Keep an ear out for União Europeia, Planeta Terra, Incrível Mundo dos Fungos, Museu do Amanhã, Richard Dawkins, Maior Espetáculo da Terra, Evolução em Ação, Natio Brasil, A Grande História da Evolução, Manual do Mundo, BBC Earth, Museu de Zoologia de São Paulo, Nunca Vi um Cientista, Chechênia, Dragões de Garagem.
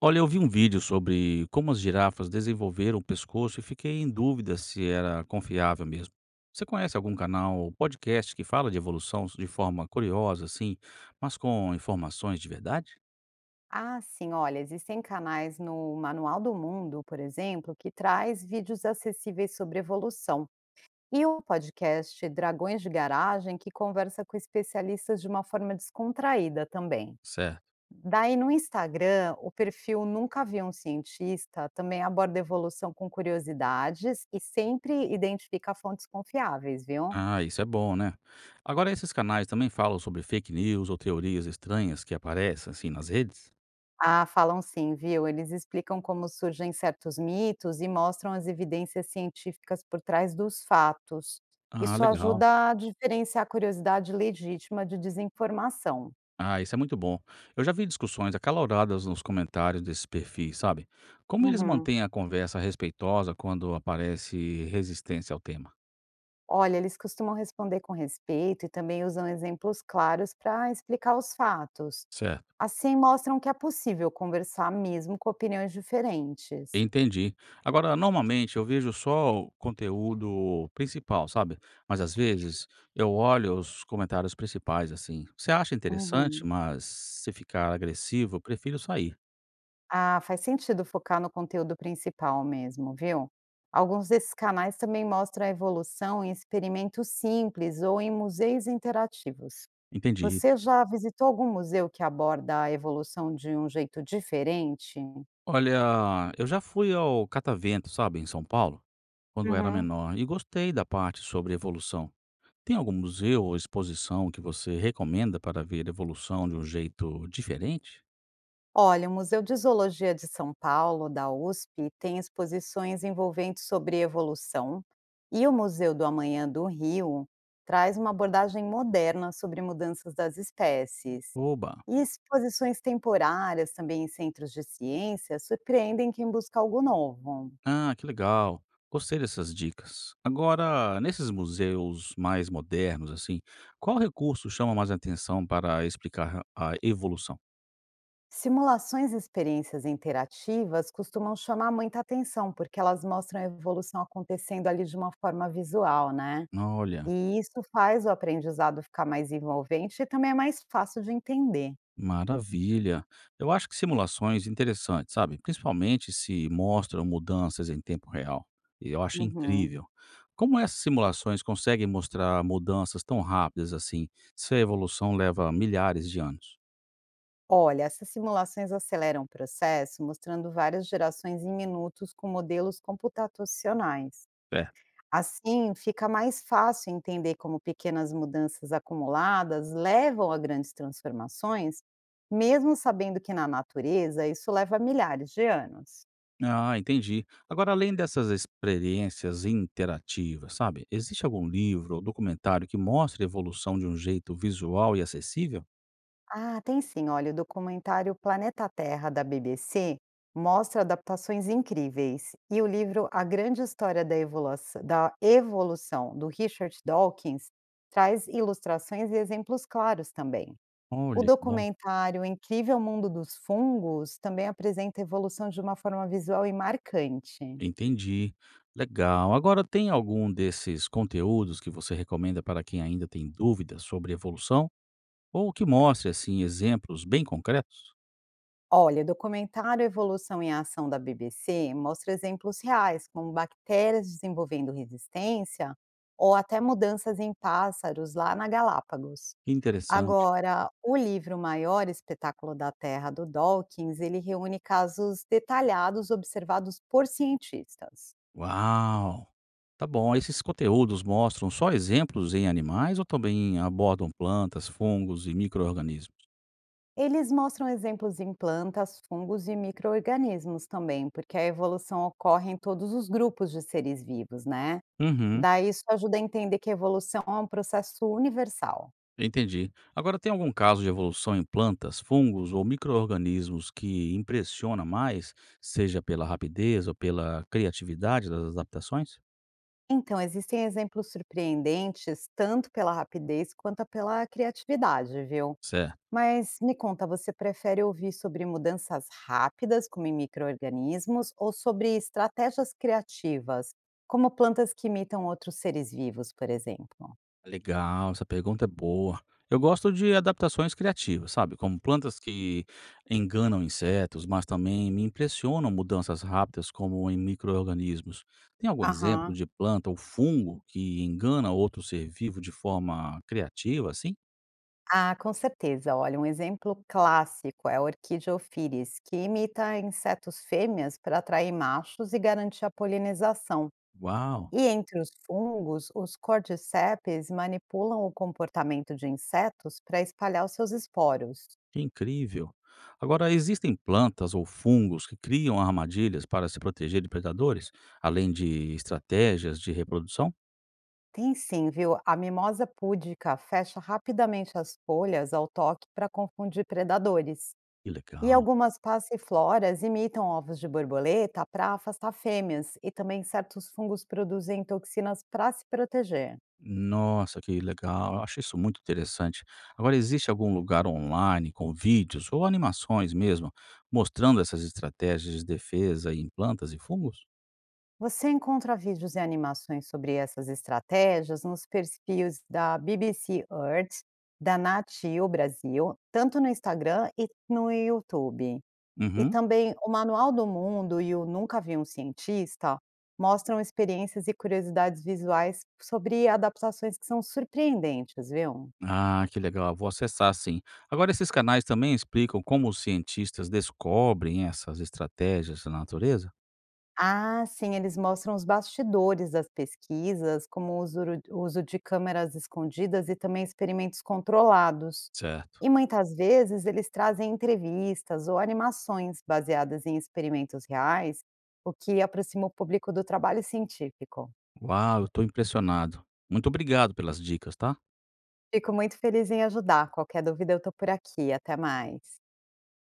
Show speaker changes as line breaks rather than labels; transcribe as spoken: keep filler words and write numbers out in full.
Olha, eu vi um vídeo sobre como as girafas desenvolveram o pescoço e fiquei em dúvida se era confiável mesmo. Você conhece algum canal ou podcast que fala de evolução de forma curiosa, assim, mas com informações de verdade?
Ah, sim, olha, existem canais no Manual do Mundo, por exemplo, que traz vídeos acessíveis sobre evolução. E o podcast Dragões de Garagem, que conversa com especialistas de uma forma descontraída também.
Certo.
Daí no Instagram, o perfil Nunca Vi um Cientista também aborda evolução com curiosidades e sempre identifica fontes confiáveis, viu?
Ah, isso é bom, né? Agora, esses canais também falam sobre fake news ou teorias estranhas que aparecem, assim, nas redes?
Ah, falam sim, viu? Eles explicam como surgem certos mitos e mostram as evidências científicas por trás dos fatos.
Ah,
Isso
legal.
ajuda a diferenciar a curiosidade legítima de desinformação.
Ah, isso é muito bom. Eu já vi discussões acaloradas nos comentários desses perfis, sabe? Como eles
Uhum.
mantêm a conversa respeitosa quando aparece resistência ao tema?
Olha, eles costumam responder com respeito e também usam exemplos claros para explicar os fatos.
Certo.
Assim, mostram que é possível conversar mesmo com opiniões diferentes.
Entendi. Agora, normalmente eu vejo só o conteúdo principal, sabe? Mas às vezes eu olho os comentários principais assim. Você acha interessante,
Uhum.
mas se ficar agressivo, eu prefiro sair.
Ah, faz sentido focar no conteúdo principal mesmo, viu? Alguns desses canais também mostram a evolução em experimentos simples ou em museus interativos.
Entendi.
Você já visitou algum museu que aborda a evolução de um jeito diferente?
Olha, eu já fui ao Catavento, sabe, em São Paulo, quando era
Uhum.
menor e gostei da parte sobre evolução. Tem algum museu ou exposição que você recomenda para ver evolução de um jeito diferente?
Olha, o Museu de Zoologia de São Paulo, da U S P, tem exposições envolventes sobre evolução, e o Museu do Amanhã do Rio traz uma abordagem moderna sobre mudanças das espécies.
Oba!
E exposições temporárias, também em centros de ciência, surpreendem quem busca algo novo.
Ah, que legal! Gostei dessas dicas. Agora, nesses museus mais modernos, assim, qual recurso chama mais atenção para explicar a evolução?
Simulações e experiências interativas costumam chamar muita atenção, porque elas mostram a evolução acontecendo ali de uma forma visual, né?
Olha.
E isso faz o aprendizado ficar mais envolvente e também é mais fácil de entender.
Maravilha. Eu acho que simulações interessantes, sabe? Principalmente se mostram mudanças em tempo real. E eu acho
Uhum.
incrível. Como essas simulações conseguem mostrar mudanças tão rápidas assim, se a evolução leva milhares de anos?
Olha, essas simulações aceleram o processo, mostrando várias gerações em minutos com modelos computacionais.
É.
Assim, fica mais fácil entender como pequenas mudanças acumuladas levam a grandes transformações, mesmo sabendo que na natureza isso leva milhares de anos.
Ah, entendi. Agora, além dessas experiências interativas, sabe? Existe algum livro ou documentário que mostre a evolução de um jeito visual e acessível?
Ah, tem sim. Olha, o documentário Planeta Terra da B B C mostra adaptações incríveis. E o livro A Grande História da Evolução, da Evolução, do Richard Dawkins, traz ilustrações e exemplos claros também. O
Olha que bom.
documentário Incrível Mundo dos Fungos também apresenta a evolução de uma forma visual e marcante.
Entendi. Legal. Agora, tem algum desses conteúdos que você recomenda para quem ainda tem dúvidas sobre evolução? Ou que mostre, assim, exemplos bem concretos?
Olha, o documentário Evolução em Ação da B B C mostra exemplos reais, como bactérias desenvolvendo resistência ou até mudanças em pássaros lá na Galápagos.
Que interessante.
Agora, o livro Maior Espetáculo da Terra do Dawkins, ele reúne casos detalhados observados por cientistas.
Uau! Tá bom. Esses conteúdos mostram só exemplos em animais ou também abordam plantas, fungos e micro-organismos?
Eles mostram exemplos em plantas, fungos e micro-organismos também, porque a evolução ocorre em todos os grupos de seres vivos, né?
Uhum.
Daí isso ajuda a entender que a evolução é um processo universal.
Entendi. Agora, tem algum caso de evolução em plantas, fungos ou micro-organismos que impressiona mais, seja pela rapidez ou pela criatividade das adaptações?
Então, existem exemplos surpreendentes tanto pela rapidez quanto pela criatividade, viu?
Certo.
Mas me conta, você prefere ouvir sobre mudanças rápidas, como em micro-organismos, ou sobre estratégias criativas, como plantas que imitam outros seres vivos, por exemplo?
Legal, essa pergunta é boa. Eu gosto de adaptações criativas, sabe? Como plantas que enganam insetos, mas também me impressionam mudanças rápidas, como em micro-organismos. Tem algum exemplo
Aham.
de planta ou fungo que engana outro ser vivo de forma criativa, assim?
Ah, com certeza. Olha, um exemplo clássico é a orquídea ofíris, que imita insetos fêmeas para atrair machos e garantir a polinização.
Uau!
E entre os fungos, os cordyceps manipulam o comportamento de insetos para espalhar os seus esporos.
Que incrível. Agora, existem plantas ou fungos que criam armadilhas para se proteger de predadores, além de estratégias de reprodução?
Tem sim, viu? A mimosa púdica fecha rapidamente as folhas ao toque para confundir predadores.
Que
E
legal.
algumas passifloras imitam ovos de borboleta para afastar fêmeas, e também certos fungos produzem toxinas para se proteger.
Nossa, que legal. Eu acho isso muito interessante. Agora, existe algum lugar online com vídeos ou animações mesmo mostrando essas estratégias de defesa em plantas e fungos?
Você encontra vídeos e animações sobre essas estratégias nos perfis da B B C Earth, da Natio Brasil, tanto no Instagram e no YouTube. E
Uhum.
também o Manual do Mundo e o Nunca Vi um Cientista mostram experiências e curiosidades visuais sobre adaptações que são surpreendentes, viu?
Ah, que legal. Vou acessar sim. Agora, esses canais também explicam como os cientistas descobrem essas estratégias da natureza?
Ah, sim, eles mostram os bastidores das pesquisas, como o usuro uso de câmeras escondidas e também experimentos controlados.
Certo.
E muitas vezes eles trazem entrevistas ou animações baseadas em experimentos reais, o que aproxima o público do trabalho científico.
Uau, eu estou impressionado. Muito obrigado pelas dicas, tá?
Fico muito feliz em ajudar. Qualquer dúvida, eu estou por aqui. Até mais.